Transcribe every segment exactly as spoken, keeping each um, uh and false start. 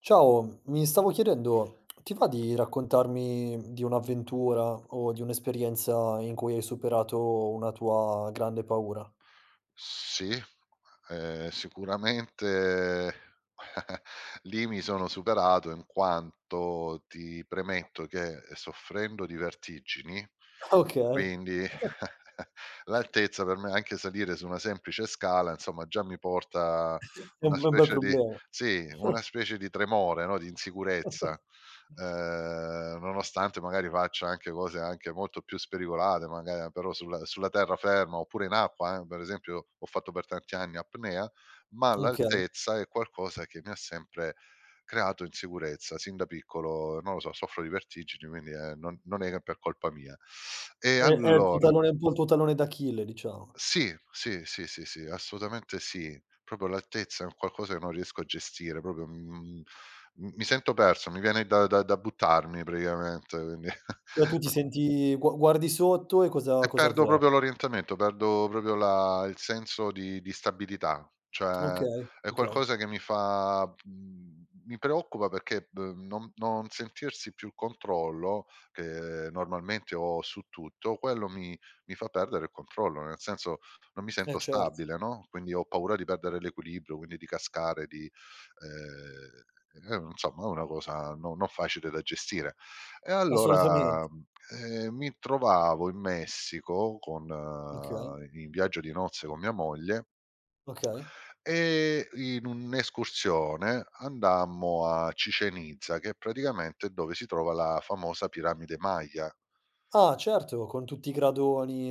Ciao, mi stavo chiedendo, ti va di raccontarmi di un'avventura o di un'esperienza in cui hai superato una tua grande paura? Sì, ehm, sicuramente lì mi sono superato, in quanto ti premetto che eh, soffrendo di vertigini, Okay, quindi l'altezza per me, anche salire su una semplice scala, insomma, già mi porta è una un be bel specie di problema. sì, una specie di tremore, no, di insicurezza, ehm, nonostante magari faccia anche cose anche molto più spericolate, magari eh, però sulla sulla terraferma oppure in acqua, eh, per esempio, ho fatto per tanti anni apnea, ma Okay, l'altezza è qualcosa che mi ha sempre creato insicurezza sin da piccolo, non lo so, soffro di vertigini, quindi, ehm, non non è che per colpa mia. E è è il tuo allora tallone un po', il tuo tallone d'Achille, diciamo. sì, sì, sì, sì, sì, assolutamente sì. Proprio l'altezza è un qualcosa che non riesco a gestire, proprio, mhmm, mi mi sento perso, mi viene da da da buttarmi praticamente, quindi Cioè tu ti senti gua guardi sotto e cosa e cosa perdo avverti? proprio l'orientamento, perdo proprio la il senso di di stabilità. Cioè, Okay, è okay. qualcosa che mi fa, mhmm, mi preoccupa, perché b non non sentirsi più il controllo, che normalmente ho su tutto, quello mi mi fa perdere il controllo, nel senso non mi Eh sento certo, stabile, no, quindi ho paura di perdere l'equilibrio, quindi di cascare, di, ehm, è insomma, è una cosa no, non facile da gestire. E allora, assolutamente. ehm, mi trovavo in Messico con, Okay, eh, in viaggio di nozze con mia moglie, okay. e in un'escursione andammo a Chichén Itzá, che praticamente è praticamente dove si trova la famosa piramide Maya. Ah certo, con tutti i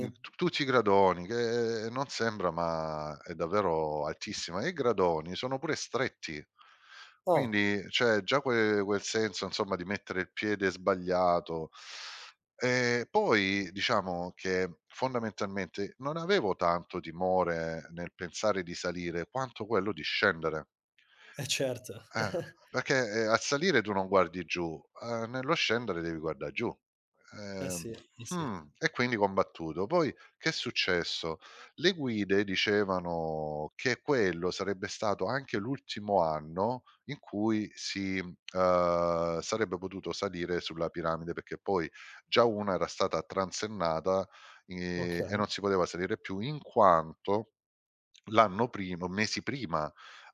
Mhmm, Tu Tucci Gradoni che eh, non sembra, ma è davvero altissima e i gradoni sono pure stretti. Ah, Quindi, cioè già que quel senso insomma di mettere il piede sbagliato. E poi diciamo che fondamentalmente non avevo tanto timore nel pensare di salire, quanto quello di scendere. eh certo. Eh, perché, ehm, al salire tu non guardi giù, ehm, nello scendere devi guardà giù. Eh Ehm, sì, eh sì. mh, e quindi combattuto. Poi che è successo? Le guide dicevano che quello sarebbe stato anche l'ultimo anno in cui si, ehm, sarebbe potuto salire sulla piramide, perché poi già una era stata transennata, ehm, e Okay. non si poteva salire più, in quanto l'anno prima, mesi prima,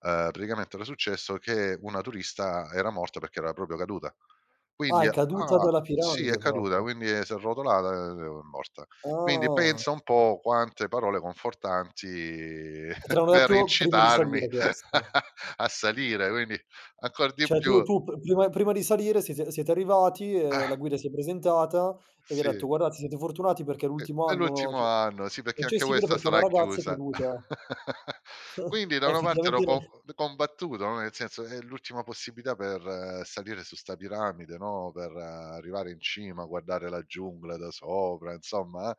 uhm, praticamente era successo che una turista era morta, perché era proprio caduta. Ah, Quindi è caduta ah, dalla sì, è piramide caduta, proprio. quindi s'è arrotolata e è morta. Quindi Ah, pensa un po' quante parole confortanti e te l'hanno per detto prima di incitarmi salire questo. a salire, quindi ancor di Cioè più, tu tu p prima prima di salire siete siete arrivati, ehm, eh, la guida si è presentata e vi ha sì. detto: "Guardate, siete fortunati perché è E l'ultimo è anno l'ultimo che anno, sì, è perché anche accessibile questa perché una sarà ragazza è chiusa. caduta." Quindi da E una parte ero effettivamente co combattuto, no, nel senso: è l'ultima possibilità per, eh, salire su 'sta piramide, no, per, eh, arrivare in cima, guardare la giungla da sopra, insomma,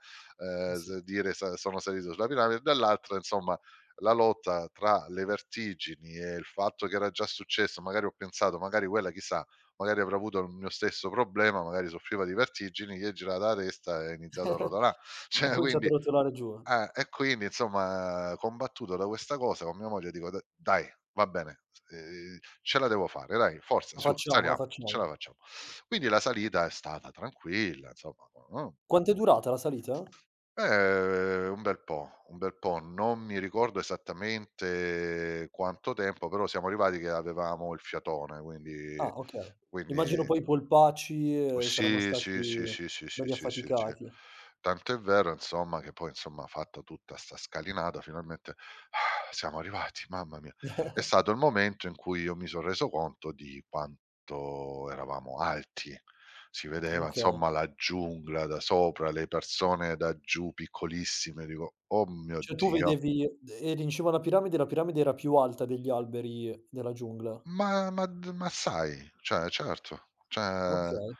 ma ehm, sì. s dire: "Sa sono salito sulla piramide", dall'altra insomma la lotta tra le vertigini e il fatto che era già successo, magari ho pensato: "Magari quella, chissà, magari avrà avuto il mio stesso problema, magari soffriva di vertigini", gli è girata la testa e è iniziato a rotolà, Ha cioè, cominciato quindi, a rotolare giù. eh, e quindi insomma combattuto da questa cosa, con mia moglie dico: "D dai, va bene, ehm, ce la devo fare, dai, forza, La su, facciamo, la saliamo, ce facciamo. la facciamo". Quindi la salita è stata tranquilla, insomma, Quanto è durata la salita? ehm, un bel po', un bel po', non mi ricordo esattamente quanto tempo, però siamo arrivati che avevamo il fiatone, quindi Ah, okay. quindi Immagino poi i polpacci, ehm, saranno sì, sì, stati sì, sì, sì, sì, belli sì, sì, sì. affaticati. Tant'è vero insomma che poi, insomma, fatta tutta 'sta scalinata, finalmente ah, siamo arrivati, mamma mia. È stato il momento in cui io mi son reso conto di quanto eravamo alti. Si vedeva Okay. insomma la giungla da sopra, le persone da giù piccolissime, dico: "Oh mio Cioè tu Dio." vedevi eri in cima alla piramide, e la piramide era più alta degli alberi della giungla? Ma ma d ma sai, cioè certo, cioè, Okay.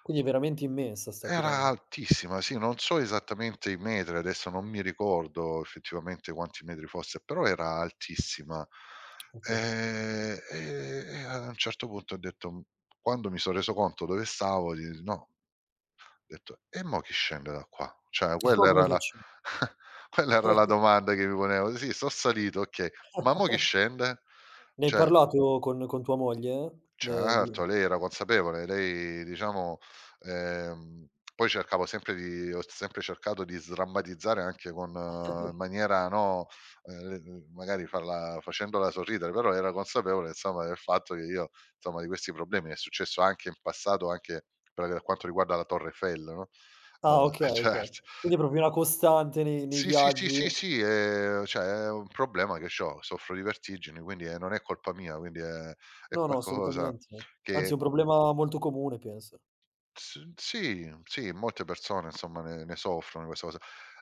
Quindi è veramente immensa 'sta era piramide. altissima, sì, non so esattamente i metri, adesso non mi ricordo effettivamente quanti metri fosse, però era altissima. Okay. Ehm, e e a un certo punto ho detto, quando mi son reso conto dove stavo, di no, ho detto: "E mo' chi scende da qua?" Cioè E ma quella come era la facci quella era la domanda che mi ponevo. Sì, so' salito, okay, ma mo' chi scende? ne hai Cioè parlato con con tua moglie? De di certo, lei era consapevole, lei diciamo, ehm, poi cercavo sempre di ho sempre cercato di sdrammatizzare, anche con, eh, in maniera, no, ehm, l magari farla facendola sorridere, però era consapevole insomma del fatto che io, insomma, di questi problemi è successo anche in passato, anche per quanto riguarda la Torre Eiffel, no, Ah ehm, okay, okay. certo. Quindi è proprio una costante nei nei Sì, sì, viaggi. sì, sì, sì, ehm, cioè è un problema che c'ho, soffro di vertigini, quindi, ehm, non è colpa mia, quindi è è No, no, qualcosa assolutamente. Anzi è che, un problema molto comune, penso. S sì, sì, molte persone insomma ne ne soffrono di questa cosa.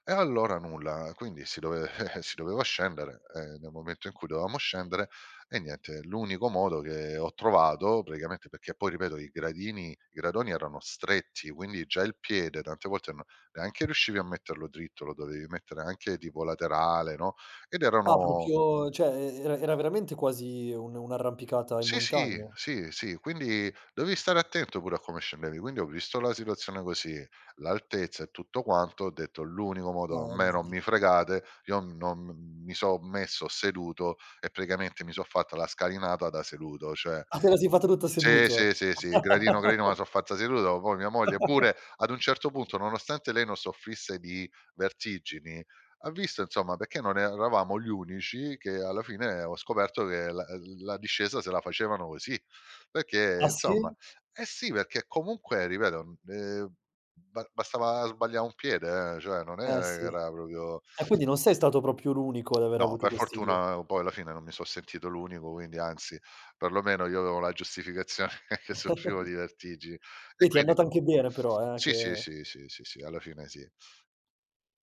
E allora nulla, quindi si dove si doveva scendere, e nel momento in cui dovevamo scendere, e niente, l'unico modo che ho trovato praticamente, perché poi, ripeto, i gradini i gradoni erano stretti, quindi già il piede tante volte no, neanche riuscivi a metterlo dritto, lo dovevi mettere anche tipo laterale, no, ed Ah erano, proprio, cioè e era era veramente quasi un un'arrampicata in sì, sì, montagna? sì, sì, quindi devi stare attento pure a come scendevi. Quindi ho visto la situazione così, l'altezza e tutto quanto, ho detto: "L'unico modo, a me Mamma non mia. mi fregate", io non mi so' messo seduto e praticamente mi so' fatta la scalinata da seduto, cioè Ah, te la sei fatta tutta sì, seduto? sì, sì, sì, gradino, gradino, me la so' fatta seduta, ma poi mia moglie pure ad un certo punto, nonostante lei non soffrisse di vertigini, ha visto, insomma, perché non eravamo gli unici, che alla fine ho scoperto che la ehm, la discesa se la facevano così, perché Ah sì? insomma, eh sì, perché comunque, ripeto, ehm, ba bastava sbaglià un piede, eh, cioè non è che Eh sì. era proprio. E quindi non sei stato proprio l'unico ad aver No, avuto per quest'idea. fortuna, poi alla fine, non mi son sentito l'unico, quindi anzi, perlomeno io avevo la giustificazione che soffrivo di vertigini, e Beh, ti è quindi andata co anche bene però, eh, sì, sì, che sì, sì, sì, sì, alla fine sì,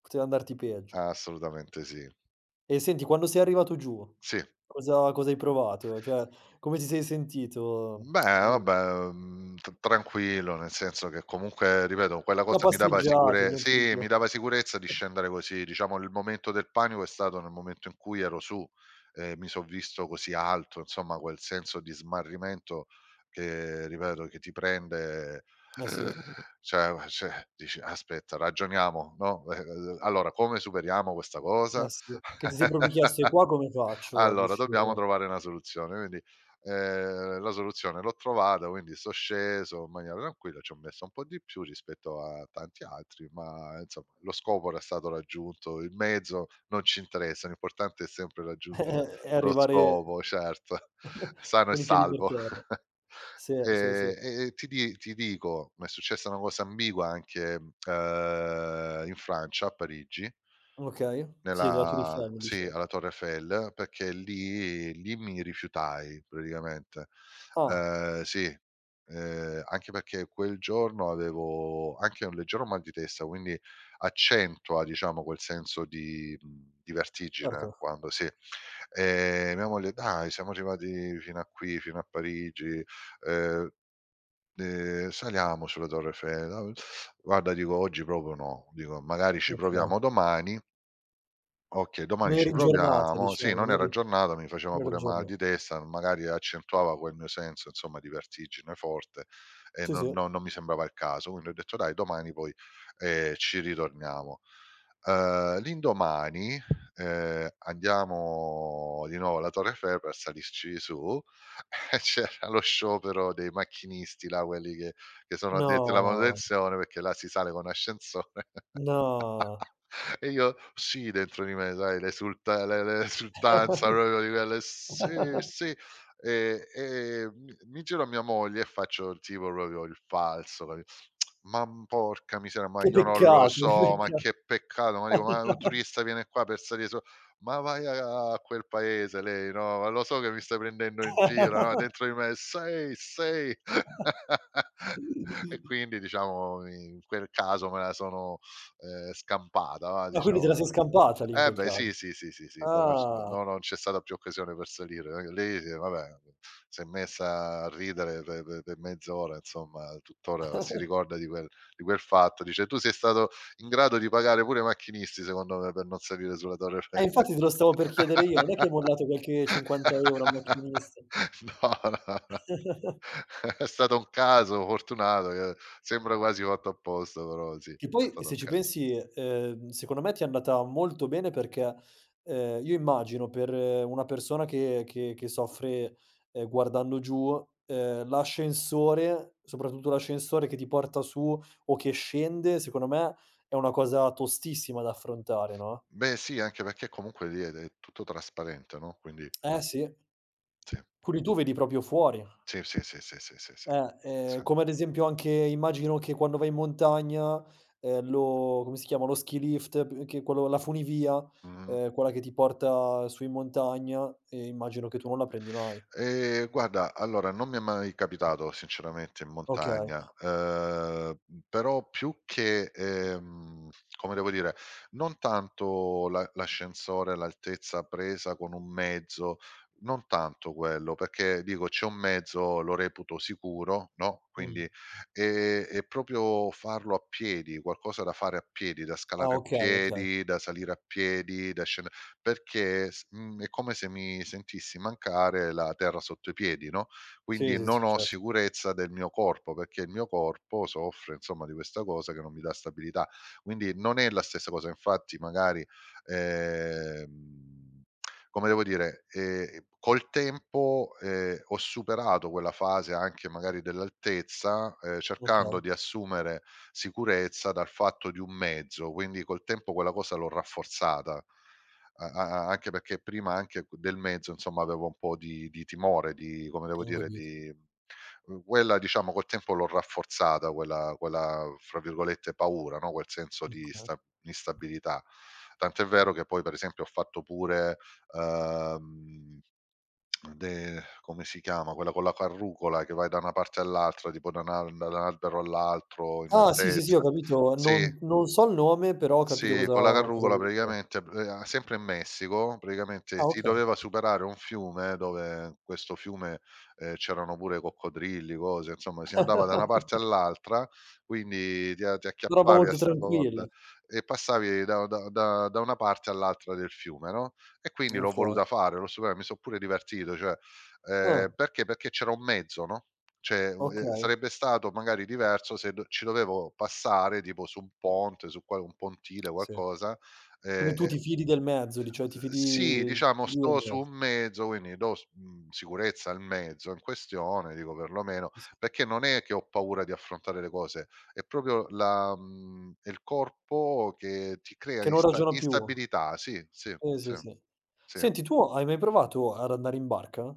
poteva andarti peggio. assolutamente sì. E senti, quando sei arrivato giù, Sì. cosa cosa hai provato? Cioè, come ti sei sentito? Beh, Mhmm, vabbè, mhmm, t tranquillo, nel senso che comunque, ripeto, quella una cosa mi dava passeggiata, sicure niente di sì, che. mi dava sicurezza di scendere così. Diciamo il momento del panico è stato nel momento in cui ero su e mi son visto così alto, insomma quel senso di smarrimento che, ripeto, che ti prende, Eh sì, eh cioè, ma, cioè dici: "Aspetta, ragioniamo, no, ehm, allora come superiamo questa cosa?" sì. Che ti sei proprio chiesto: "E qua come faccio ad Allora, dobbiamo uscire trovare una soluzione. Quindi, ehm, la soluzione l'ho trovata, quindi so' sceso in maniera tranquilla, ci ho messo un po' di più rispetto a tanti altri, ma insomma lo scopo era stato raggiunto, il mezzo non ci interessa, l'importante è sempre raggiungere e lo arrivare scopo, certo, sano e con i piedi per salvo. terra?" Sì, sì, sì. Ehm, e e ti di ti dico, m'è successa una cosa ambigua anche, ehm, in Francia, a Parigi, Okay. Sì, della Tour Eiffel nella mi sì, dicevi. alla Torre Eiffel, perché lì lì mi rifiutai praticamente. Ah, Ehm, sì, ehm, anche perché quel giorno avevo anche un leggero mal di testa, quindi accentua, diciamo, quel senso di, mhmm, di vertigine, certo. quando sì. Ehm, mia moglie: "Dai, siamo arrivati fino a qui, fino a Parigi, ehm, ehm, saliamo sulla Torre Eiffel." "Guarda," dico, "oggi proprio no." Dico: "Magari ci Okay. proviamo domani." Okay, domani Non eri ci aggiornata, proviamo. Sì, diciamo, non non era eri aggiornata, mi faceva non eri pure male aggiornata. di testa, magari accentuava quel mio senso, insomma, di vertigine forte, e Sì, non sì. non non mi sembrava il caso. Quindi ho detto: "Dai, domani poi, ehm, ci ritorniamo". Uhm, l'indomani, ehm, andiamo di nuovo alla Torre Eiffel per salirci su, e c'era lo sciopero dei macchinisti là, quelli che che sono addetti alla No, manutenzione, perché là si sale con ascensore. no. E io, sì, dentro di me, sai, l'esulta, l'e l'e l'esultanza, proprio di quelle: "Sì, sì". E e mi mi giro a mia moglie e faccio il tipo proprio il falso, capi "Ma porca miseria, ma Che io non lo peccato, che so, ma pecca che peccato", ma dico: "Ma un turista viene qua per salire su". "Ma vai a a quel paese", lei: "No, ma lo so che mi stai prendendo in giro", no, dentro di me: "Sì, sì". E quindi diciamo in quel caso me la sono, Ehm, scampata, va, Ma quindi te diciamo. la sei scampata lì in Eh quel beh, caso. sì, sì, sì, sì, sì, poi non c Ah. no, non c'è stata più occasione per salire, ehm, lì sì, vabbè, s'è messa a ridere pe pe pe mezz'ora, insomma, tuttora si ricorda di quel, di quel fatto, dice: "Tu sei stato in grado di pagare pure i macchinisti, secondo me, per non salire sulla Torre Eiffel". Eh infatti te lo stavo per chiedere io, non è che hai mollato qualche cinquanta euro € al macchinista? No, no, no, è stato un caso fortunato, che sembra quasi fatto apposta, però sì, è Che poi stato se un ci caso. pensi, ehm, secondo me ti è andata molto bene perché, ehm, io immagino per eh, una persona che che che soffre, ehm, guardando giù, ehm, l'ascensore, soprattutto l'ascensore che ti porta su o che scende, secondo me è una cosa tostissima da affrontare, no? Beh sì, anche perché comunque lì è è tutto trasparente, no, quindi Eh sì, sì. quindi tu vedi proprio fuori. Sì, sì, sì, sì, sì, sì, sì, Eh, ehm, sì. come ad esempio anche immagino che quando vai in montagna, ehm, lo come si chiama, lo ski lift, p che quello, la funivia, Mh-mh. ehm, quella che ti porta su in montagna, ehm, immagino che tu non la prendi mai. Ehm, guarda, allora non mi è mai capitato sinceramente in Okay. montagna, ehm, però più che, ehm, come devo dire, non tanto l'a l'ascensore, l'altezza presa con un mezzo, non tanto quello, perché dico c'è un mezzo, lo reputo sicuro, no, Mh. quindi ehm, e proprio farlo a piedi, qualcosa da fare a piedi, da Ah, scalare a okay, okay. piedi, da salire a piedi, da scende perché s mhmm, è come se mi sentissi mancare la terra sotto i piedi, no, Sì, quindi sì, non sì, ho certo. sicurezza del mio corpo, perché il mio corpo soffre insomma di questa cosa che non mi dà stabilità. Quindi non è la stessa cosa, infatti magari, ehm, come devo dire, ehm, col tempo, ehm, ho superato quella fase anche magari dell'altezza, ehm, cercando Okay, di assumere sicurezza dal fatto di un mezzo, quindi col tempo quella cosa l'ho rafforzata. A a a anche perché prima anche q del mezzo, insomma, avevo un po' di di timore, di come devo ho dire, capito. di uhm, quella diciamo col tempo l'ho rafforzata quella quella, fra virgolette, "paura", no, quel senso di Okay. sta instabilità. Tant'è vero che poi per esempio ho fatto pure, uhm, de come si chiama, quella con la carrucola che vai da una parte all'altra, tipo da un al da un albero all'altro in Ah, sì, sì, sì, ho altezza. capito. Sì. Non non so il nome, però ho capito Sì, cosa con la cosa carrucola vuoi dire. praticamente, ehm, sempre in Messico, praticamente Ah, si okay. doveva superare un fiume dove in questo fiume, ehm, c'erano pure coccodrilli, cose, insomma si andava da una parte all'altra, quindi ti a ti Una roba acchiappavi a molto 'sta tranquilla. corda e passavi da da da da una parte all'altra del fiume, no, e quindi l'ho Okay. voluta fare, l'ho supera mi so' pure divertito, cioè, ehm, Ah, perché? Perché c'era un mezzo, no? Cioè, u ehm, okay. sarebbe stato magari diverso se do ci dovevo passare tipo su un ponte, su qua un pontile, Sì. qualcosa, ehm, Quindi tu e ti fidi del mezzo, di cioè ti uhm, sì, fidi diciamo ti fidi del sto su mezzo, un mezzo, quindi do s mhmm, sicurezza al mezzo in questione, dico perlomeno sì, sì, perché non è che ho paura di affrontare le cose, è proprio la mhmm, è il corpo che ti crea che non insta ragiona più. instabilità, sì, sì, Sì, sì, sì, sì. sì, Senti, tu hai mai provato ad andare in barca?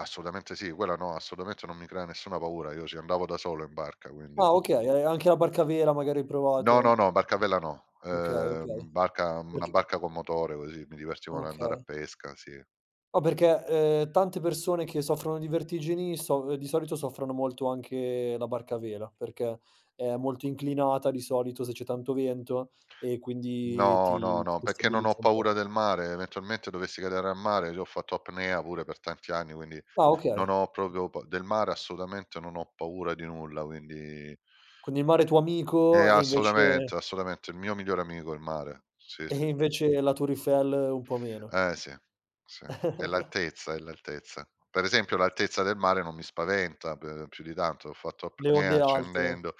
assolutamente sì, quella no, assolutamente non mi crea nessuna paura, io ci andavo da solo in barca, quindi. Ah okay, e anche la barca a vela magari hai No, no, provato? no, barcavela no. Okay, okay. Ehm, barca una Perché barca con motore così, mi divertivo ad andare a okay. pesca, sì. No, perché, ehm, tante persone che soffrono di vertigini so eh, di solito soffrono molto anche la barca a vela, perché è molto inclinata di solito se c'è tanto vento e quindi No, no, ti ti no, perché non ho destabilizza un po'. paura del mare, eventualmente dovessi cadere al mare, io ho fatto apnea pure per tanti anni, quindi Ah non okay. ho proprio pa del mare, assolutamente non ho paura di nulla, quindi Con il mare tuo eh, amico e invece assolutamente, assolutamente, il mio migliore amico è il mare. Sì, e sì. invece la Tour Eiffel un po' meno. Eh sì, sì, è l'altezza, è l'altezza. Per esempio l'altezza del mare non mi spaventa p più di tanto, ho fatto Le onde apnea alte, scendendo.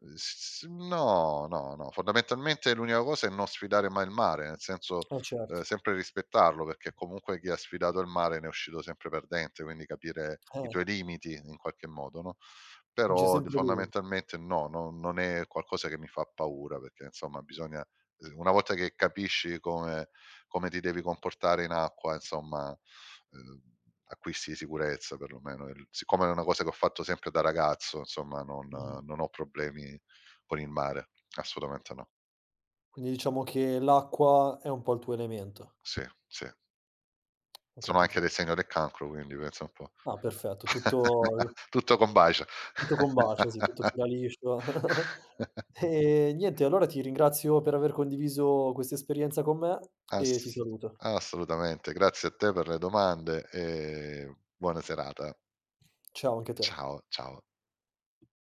Uhm, s s no, no, no, fondamentalmente l'unica cosa è non sfidare mai il mare, nel senso, eh uhm, certo, sempre rispettarlo, perché comunque chi ha sfidato il mare ne è uscito sempre perdente, quindi capire i eh, tuoi limiti in qualche modo, no, vince però d sempre lui. fondamentalmente no, no non è qualcosa che mi fa paura, perché insomma bisogna uhm, una volta che capisci come come ti devi comportare in acqua, insomma, ehm, acquisti di sicurezza perlomeno. Il siccome è una cosa che ho fatto sempre da ragazzo, insomma, non Mh. non ho problemi con il mare, assolutamente no. Quindi diciamo che l'acqua è un po' il tuo elemento, Sì, sì. ho Sono anche del capito. segno del cancro, quindi pensa un po'. Ah perfetto, tutto Tutto combacia. tutto combacia, sì, tutto fila liscio. E niente, allora ti ringrazio per aver condiviso questa esperienza con me e ti Ass saluto. assolutamente. Grazie a te per le domande e buona serata. Ciao anche a te. Ciao, ciao.